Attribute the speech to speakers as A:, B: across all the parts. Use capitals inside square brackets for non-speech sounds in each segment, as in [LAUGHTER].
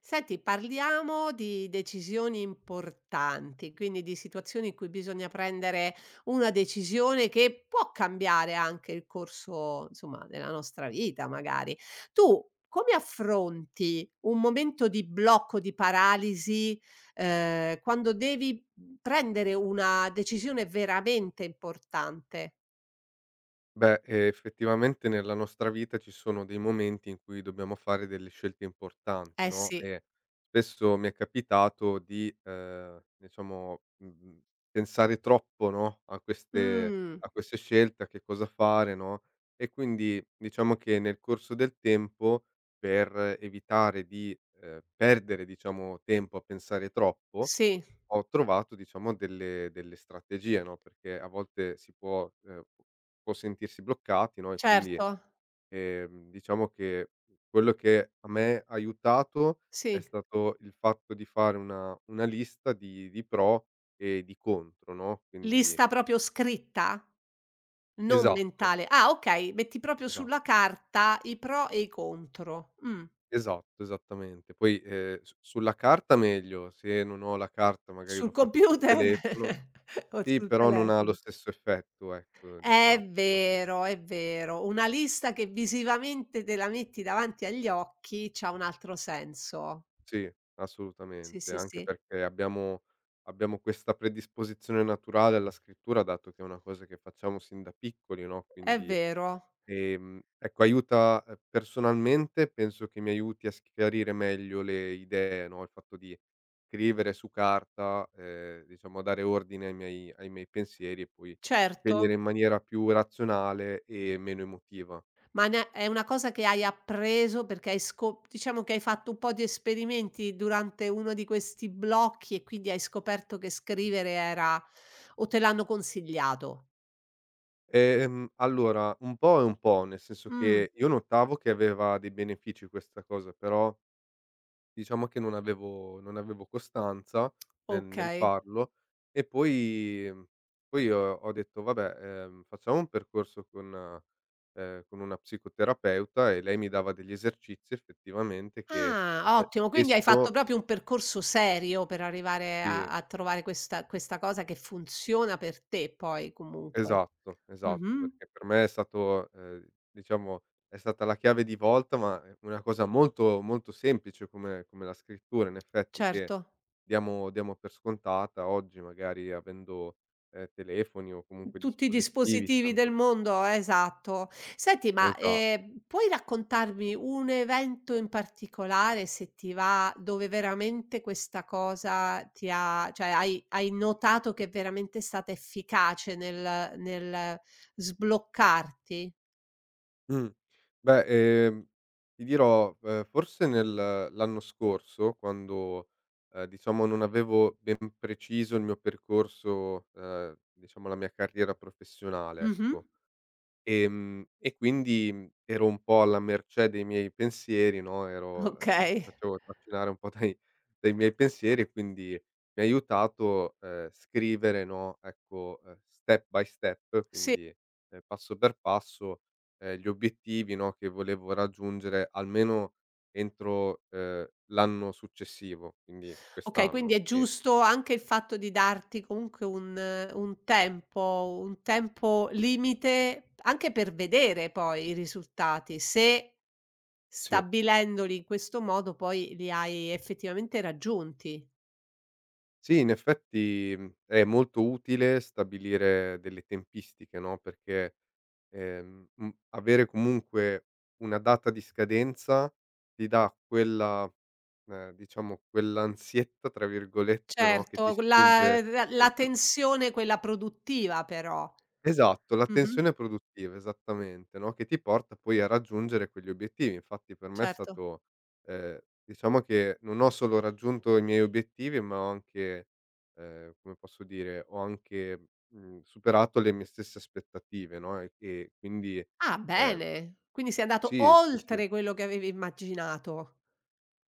A: Senti, parliamo di decisioni importanti, quindi di situazioni in cui bisogna prendere una decisione che può cambiare anche il corso, insomma, della nostra vita, magari. Tu come affronti un momento di blocco, di paralisi, quando devi prendere una decisione veramente importante?
B: Beh, effettivamente nella nostra vita ci sono dei momenti in cui dobbiamo fare delle scelte importanti,
A: Eh
B: no,
A: sì.
B: e spesso mi è capitato di, diciamo, pensare troppo, no,
A: Mh,
B: a queste scelte, a che cosa fare, no, e quindi diciamo che nel corso del tempo, per evitare di, perdere, diciamo, tempo a pensare troppo,
A: sì,
B: ho trovato diciamo delle strategie, no, perché a volte si può può sentirsi bloccati, no, e quindi,
A: certo,
B: diciamo che quello che a me ha aiutato è
A: sì.
B: stato il fatto di fare una lista di pro e di contro, no, quindi
A: Lista proprio scritta? Non
B: esatto,
A: mentale. Ah okay, metti proprio
B: esatto,
A: sulla carta i pro e i contro. Mh.
B: esatto, esattamente. Poi, su sulla carta meglio, se non ho la carta magari
A: Sul
B: lo faccio sul
A: computer
B: telefono.
A: [LAUGHS] o
B: Sì,
A: sul
B: però non ha lo
A: telefono.
B: stesso effetto, ecco, diciamolo.
A: È vero, è vero. Una lista che visivamente te la metti davanti agli occhi c'ha un altro senso.
B: Sì,
A: Sì,
B: assolutamente,
A: sì,
B: anche
A: sì.
B: perché abbiamo abbiamo questa predisposizione naturale alla scrittura, dato che è una cosa che facciamo sin da piccoli, no,
A: È
B: quindi,
A: vero.
B: ecco aiuta, personalmente penso che mi aiuti a chiarire meglio le idee, no, il fatto di scrivere su carta, diciamo a dare ordine ai miei pensieri e poi scegliere
A: Certo.
B: in maniera più razionale e meno emotiva.
A: Ma ne è una cosa che hai appreso perché hai scop diciamo che hai fatto un po' di esperimenti durante uno di questi blocchi e quindi hai scoperto che scrivere era o te l'hanno consigliato?
B: Allora, un po' e un po', nel senso
A: Mh,
B: che io, Mh, notavo che aveva dei benefici questa cosa, però diciamo che non avevo costanza nel
A: okay.
B: farlo, e poi, poi ho detto: "Vabbè, facciamo un percorso con, con una psicoterapeuta", e lei mi dava degli esercizi effettivamente che,
A: Ah, ottimo, quindi hai fatto
B: spesso,
A: proprio un percorso serio per arrivare a
B: sì.
A: a trovare questa cosa che funziona per te poi comunque.
B: Esatto, esatto,
A: Mh-mh,
B: perché per me è stato, diciamo è stata la chiave di volta, ma è una cosa molto, molto semplice come come la scrittura in effetti, che
A: certo.
B: diamo diamo per scontata oggi, magari avendo, telefoni o comunque
A: Tutti i
B: dispositivi
A: dispositivi del
B: stando
A: mondo, esatto. Senti, ma,
B: esa
A: puoi raccontarmi un evento in particolare, se ti va, dove veramente questa cosa ti ha cioè hai notato che è veramente stata efficace nel sbloccarti?
B: Mh. Beh, ehm, ti dirò, forse nel l'anno scorso quando, diciamo non avevo ben preciso il mio percorso, diciamo la mia carriera professionale,
A: Mh-mh,
B: ecco. E quindi, ero un po' alla mercé dei miei pensieri, no, ero, mi
A: okay.
B: facevo trascinare un po' dai miei pensieri, e quindi mi ha aiutato, scrivere, no, ecco, step by step,
A: Sì.
B: quindi, passo per passo, gli obiettivi, no, che volevo raggiungere almeno entro, l'anno successivo, quindi
A: Okay, quindi
B: quest'anno.
A: è
B: E
A: giusto anche il fatto di darti comunque un un tempo limite, anche per vedere poi i risultati, se
B: sì.
A: stabilendoli in questo modo poi li hai effettivamente raggiunti.
B: Sì, in effetti, è molto utile stabilire delle tempistiche, no, perché, avere comunque una data di scadenza ti dà quella, diciamo quell'ansietta, tra virgolette, no, che ti
A: Certo, quella
B: spinge.
A: la tensione quella produttiva però.
B: Esatto, la
A: Mh-mh,
B: tensione produttiva, esattamente, no, che ti porta poi a raggiungere quegli obiettivi. Infatti per me è
A: certo.
B: stato, diciamo che non ho solo raggiunto i miei obiettivi, ma ho anche, come posso dire, ho anche, superato le mie stesse aspettative, no, e quindi,
A: Ah,
B: ehm
A: bene, quindi sei andato
B: Sì, sì, sì,
A: oltre quello che avevi immaginato.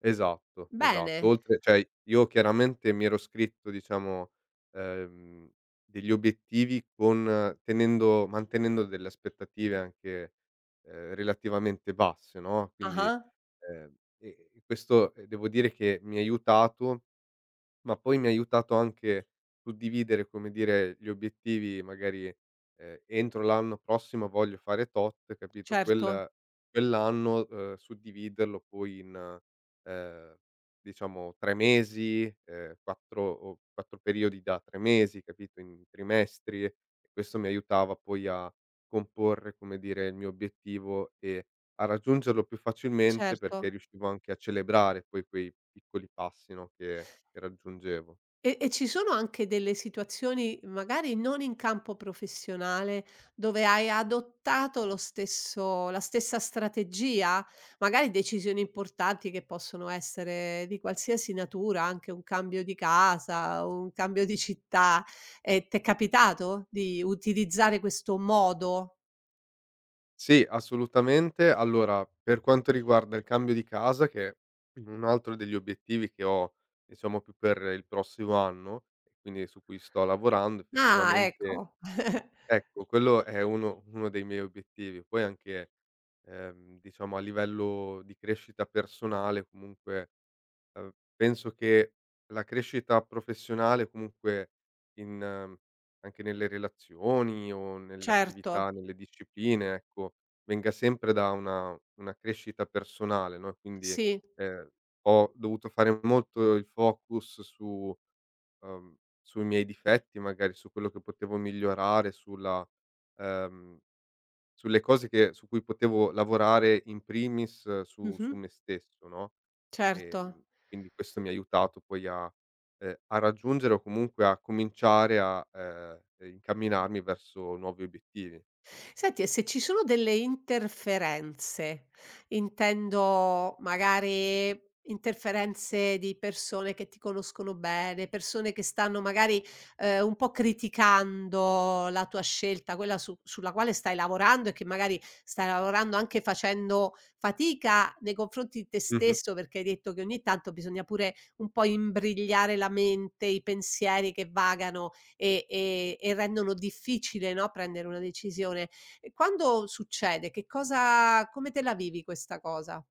B: esatto, esatto.
A: Bene.
B: Oltre cioè io chiaramente mi ero scritto diciamo, ehm, degli obiettivi con tenendo mantenendo delle aspettative anche, relativamente basse, no, quindi,
A: Ah-ah,
B: ehm, e questo, devo dire che mi ha aiutato. Ma poi mi ha aiutato anche a suddividere, come dire, gli obiettivi magari, entro l'anno prossimo voglio fare tot, capito,
A: certo,
B: quell'anno, suddividerlo poi in, ehm, diciamo 3 mesi, 4 o 4 periodi da 3 mesi, capito, in trimestri, e questo mi aiutava poi a comporre, come dire, il mio obiettivo e a raggiungerlo più facilmente, perché
A: certo.
B: riuscivo anche a celebrare poi quei piccoli passi, no, che raggiungevo.
A: E ci sono anche delle situazioni, magari non in campo professionale, dove hai adottato lo stesso la stessa strategia? Magari decisioni importanti che possono essere di qualsiasi natura, anche un cambio di casa, un cambio di città. T'è capitato di utilizzare questo modo?
B: Sì, assolutamente. Allora, per quanto riguarda il cambio di casa, che è un altro degli obiettivi che ho, diciamo, più per il prossimo anno e quindi su cui sto lavorando
A: Ah,
B: effettivamente,
A: ecco. [LAUGHS]
B: ecco, quello è uno dei miei obiettivi. Poi anche, diciamo a livello di crescita personale comunque, penso che la crescita professionale comunque in, anche nelle relazioni o nelle
A: Certo,
B: attività, nelle discipline, ecco, venga sempre da una crescita personale, no, quindi,
A: sì.
B: ehm, ho dovuto fare molto il focus su, uhm, sui miei difetti, magari su quello che potevo migliorare, sulla, ehm, sulle cose che su cui potevo lavorare in primis, su su
A: Mh-mh,
B: me stesso, no?
A: certo.
B: Ehm, quindi questo mi ha aiutato poi a, a raggiungere o comunque a cominciare a, incamminarmi verso nuovi obiettivi.
A: Senti, e se ci sono delle interferenze, intendo magari interferenze di persone che ti conoscono bene, persone che stanno magari, un po' criticando la tua scelta, quella su sulla quale stai lavorando e che magari stai lavorando anche facendo fatica nei confronti di te
B: Mh-mh.
A: stesso, perché hai detto che ogni tanto bisogna pure un po' imbrigliare la mente, i pensieri che vagano e rendono difficile, no, prendere una decisione. E quando succede, che cosa come te la vivi questa cosa?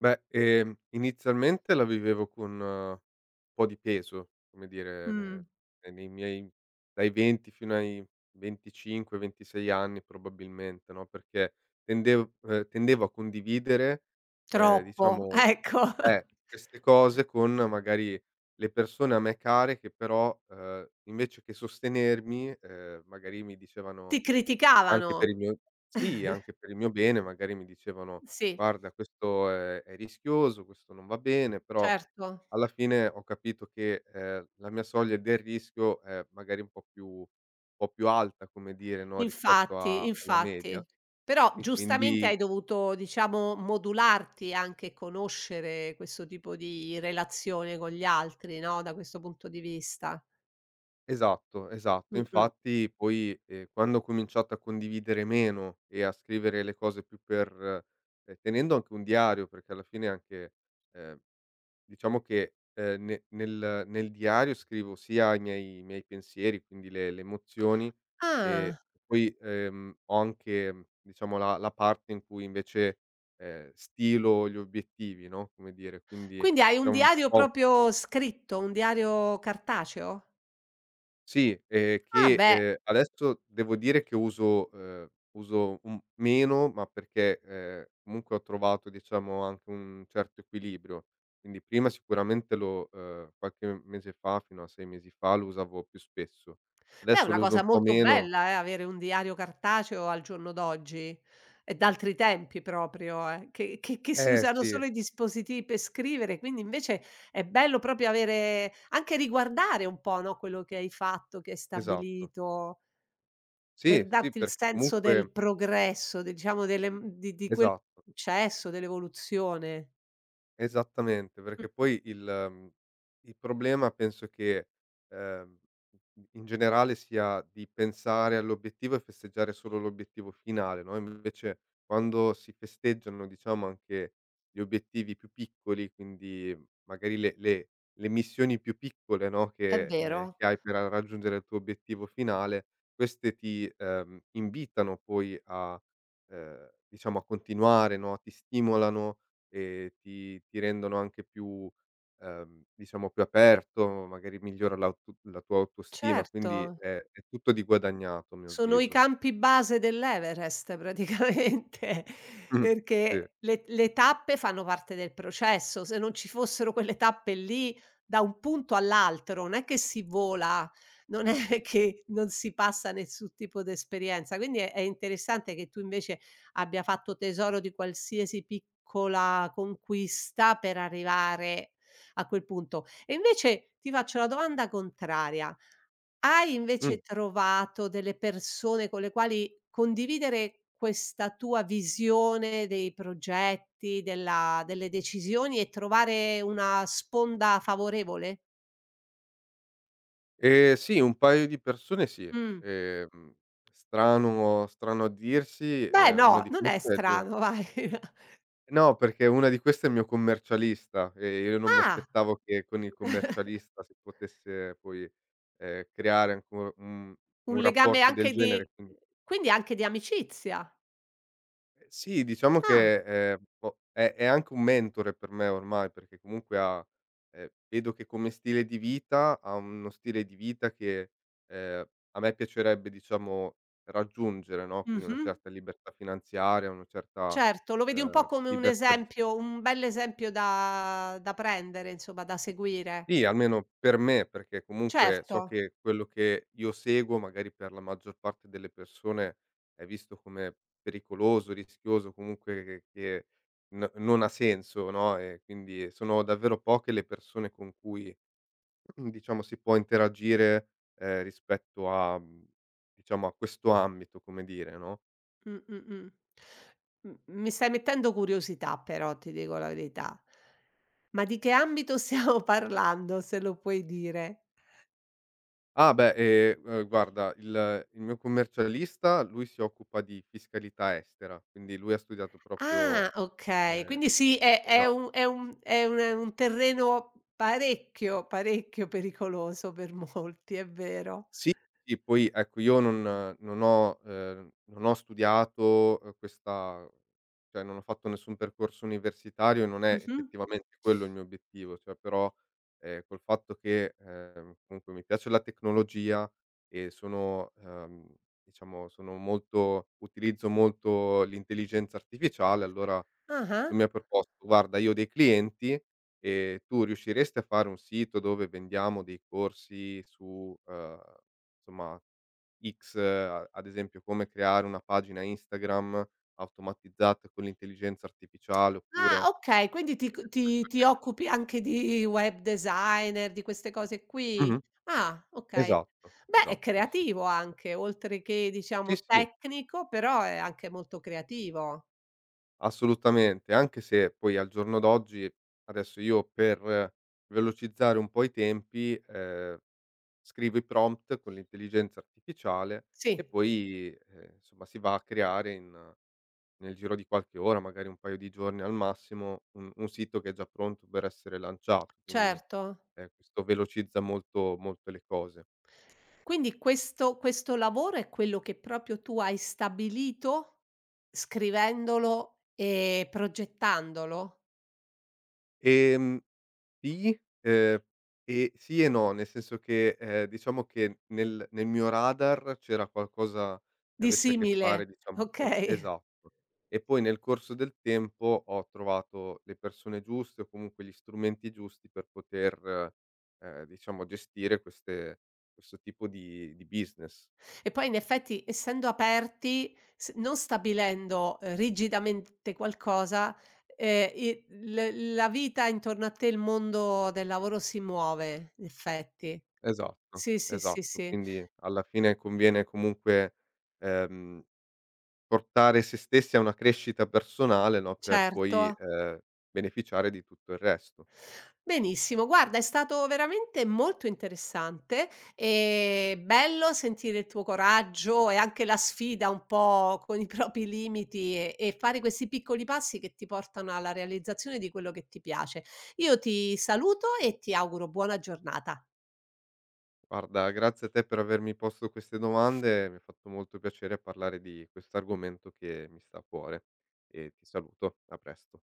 B: Beh, inizialmente la vivevo con, un po' di peso, come dire,
A: Mh.
B: ne, nei miei dai 20 fino ai 25, 26 anni probabilmente, no, perché tendevo a condividere, Mh,
A: Troppo,
B: diciamo,
A: ecco. [LAUGHS]
B: eh, queste cose con magari le persone a me care, che però, invece che sostenermi, magari mi dicevano
A: Ti
B: anche
A: criticavano.
B: per il mio, sì, anche per il mio bene, magari mi dicevano:
A: Sì,
B: "Guarda, questo è rischioso, questo non va bene", però
A: certo.
B: alla fine ho capito che, la mia soglia del rischio è magari un po' più alta, come dire, no, rispetto a
A: Infatti,
B: alla media,
A: infatti. Però
B: e
A: giustamente
B: quindi.
A: hai dovuto, diciamo, modularti anche e conoscere questo tipo di relazione con gli altri, no, da questo punto di vista.
B: Esatto, esatto.
A: Mh-mh.
B: Infatti poi, quando ho cominciato a condividere meno e a scrivere le cose più per, tenendo anche un diario, perché alla fine anche, ehm, diciamo che, ne nel diario scrivo sia i miei pensieri, quindi le emozioni, e
A: Ah.
B: poi, ho anche diciamo la parte in cui invece, stilo gli obiettivi, no, come dire, quindi
A: Quindi hai
B: è
A: un
B: un
A: diario
B: po'.
A: proprio scritto, un diario cartaceo?
B: Sì,
A: Ah
B: che,
A: beh,
B: adesso devo dire che uso, uso un meno, ma perché, comunque ho trovato diciamo anche un certo equilibrio. Quindi prima sicuramente lo, qualche mese fa, fino a 6 mesi fa, lo usavo più spesso.
A: beh è
B: Adesso
A: una
B: lo uso
A: cosa
B: un po'
A: molto
B: meno.
A: bella avere un diario cartaceo al giorno d'oggi e d'altri tempi proprio che si
B: Eh
A: usano
B: sì,
A: solo i dispositivi per scrivere, quindi invece è bello proprio avere anche riguardare un po', no, quello che hai fatto, che hai
B: esatto.
A: stabilito,
B: Sì,
A: per
B: sì,
A: darti il
B: perché
A: senso
B: comunque,
A: del progresso, de diciamo delle di quel
B: esatto.
A: successo, dell'evoluzione.
B: Esattamente, perché
A: Mh-mh.
B: poi il, mhmm, il problema penso che, ehm, in generale sia di pensare all'obiettivo e festeggiare solo l'obiettivo finale, no, invece quando si festeggiano, diciamo, anche gli obiettivi più piccoli, quindi magari le missioni più piccole, no,
A: È vero,
B: che hai per raggiungere il tuo obiettivo finale, queste ti, invitano poi a, diciamo a continuare, no, ti stimolano, e ti ti rendono anche più, diciamo più aperto, magari migliora l'auto la tua autostima, quindi
A: certo.
B: è tutto di guadagnato a mio
A: Sono i
B: avviso.
A: campi base dell'Everest praticamente, [LAUGHS]
B: Mm, sì.
A: perché le tappe fanno parte del processo. Se non ci fossero quelle tappe lì, da un punto all'altro, non è che si vola, non è [LAUGHS] che non si passa nessun tipo d'esperienza. Quindi è interessante che tu invece abbia fatto tesoro di qualsiasi piccola conquista per arrivare a quel punto. E invece ti faccio la domanda contraria: hai
B: Mh.
A: invece trovato delle persone con le quali condividere questa tua visione dei progetti, della delle decisioni e trovare una sponda favorevole?
B: Sì, un paio di persone, sì.
A: Mh.
B: Ehm, strano a dirsi,
A: Beh
B: una
A: no,
B: di
A: non è
B: queste è il mio,
A: strano vai. [LAUGHS]
B: no, perché una di queste è il mio commercialista, e io non mi
A: Ah,
B: aspettavo che con il commercialista si potesse poi, creare anco un
A: un
B: un
A: legame
B: rapporto del
A: anche di
B: genere, quindi.
A: quindi anche di amicizia.
B: Sì, diciamo
A: Ah,
B: che, boh, è anche un mentore per me ormai, perché comunque ha, vedo che come stile di vita ha uno stile di vita che, ehm, a me piacerebbe diciamo raggiungere, no, quindi una
A: mh-mh.
B: certa libertà finanziaria, una certa,
A: Certo, lo vedi un po' come un
B: libertà di spo
A: esempio un bell'esempio da prendere, insomma, da seguire.
B: Sì, almeno per me, perché comunque
A: Certo.
B: so che quello che io seguo, magari per la maggior parte delle persone, è visto come pericoloso, rischioso, comunque che n non ha senso, no, e quindi sono davvero poche le persone con cui, [CLEARS THROAT] diciamo, si può interagire, rispetto a, diciamo, a questo ambito, come dire, no?
A: Mh, mh, mh. M mi stai mettendo curiosità però, ti dico la verità. Ma di che ambito [LAUGHS] stiamo parlando, se lo puoi dire?
B: Ah beh, guarda il mio commercialista, lui si occupa di fiscalità estera, quindi lui ha studiato proprio,
A: Ah, okay.
B: ehm,
A: Quindi sì,
B: esa
A: è un terreno parecchio, parecchio pericoloso per molti, è vero.
B: Sì, sì, poi ecco io non ho, non ho studiato, questa, cioè non ho fatto nessun percorso universitario, non è
A: Mh-mh.
B: effettivamente quello il mio obiettivo, cioè però, col fatto che, comunque mi piace la tecnologia, e sono, diciamo sono molto utilizzo molto l'intelligenza artificiale, allora
A: Ah-ah.
B: lui mi ha proposto: "Guarda, io ho dei clienti e tu riusciresti a fare un sito dove vendiamo dei corsi su, insomma, X, a ad esempio come creare una pagina Instagram automatizzata con l'intelligenza artificiale oppure
A: Ah, okay, quindi
B: di questo
A: ti ti
B: genere."
A: occupi anche di web designer, di queste cose qui.
B: Mh-mh.
A: Ah, okay.
B: Esatto,
A: Beh, è
B: esatto, sì.
A: creativo anche, oltre che
B: Sì,
A: diciamo
B: sì,
A: tecnico, però è anche molto creativo.
B: assolutamente, anche se poi al giorno d'oggi adesso io per, velocizzare un po' i tempi, scrivi prompt con l'intelligenza artificiale e
A: Sì,
B: poi, insomma si va a creare in nel giro di qualche ora, magari un paio di giorni al massimo, un sito che è già pronto per essere lanciato, quindi,
A: certo.
B: questo velocizza molto molto le cose.
A: Quindi questo lavoro è quello che proprio tu hai stabilito scrivendolo e progettandolo?
B: Ehm Sì, ehm, e sì e no, nel senso che, diciamo che nel mio radar c'era qualcosa che
A: Di
B: avesse a che fare
A: simile,
B: diciamo con,
A: okay.
B: esatto. E poi nel corso del tempo ho trovato le persone giuste o comunque gli strumenti giusti per poter, diciamo gestire queste questo tipo di business.
A: E poi in effetti essendo aperti, s non stabilendo, rigidamente qualcosa, i l la vita intorno a te, il mondo del lavoro si muove, in effetti.
B: Esatto,
A: Sì, sì, sì,
B: esatto.
A: sì,
B: Quindi alla fine conviene comunque, ehm portare se stessi a una crescita personale, no, per
A: certo.
B: poi, beneficiare di tutto il resto.
A: Benissimo, guarda è stato veramente molto interessante, e bello sentire il tuo coraggio e anche la sfida un po' con i propri limiti e fare questi piccoli passi che ti portano alla realizzazione di quello che ti piace. Io ti saluto e ti auguro buona giornata.
B: Guarda, grazie a te per avermi posto queste domande, mi ha fatto molto piacere parlare di questo argomento che mi sta a cuore, e ti saluto. A presto.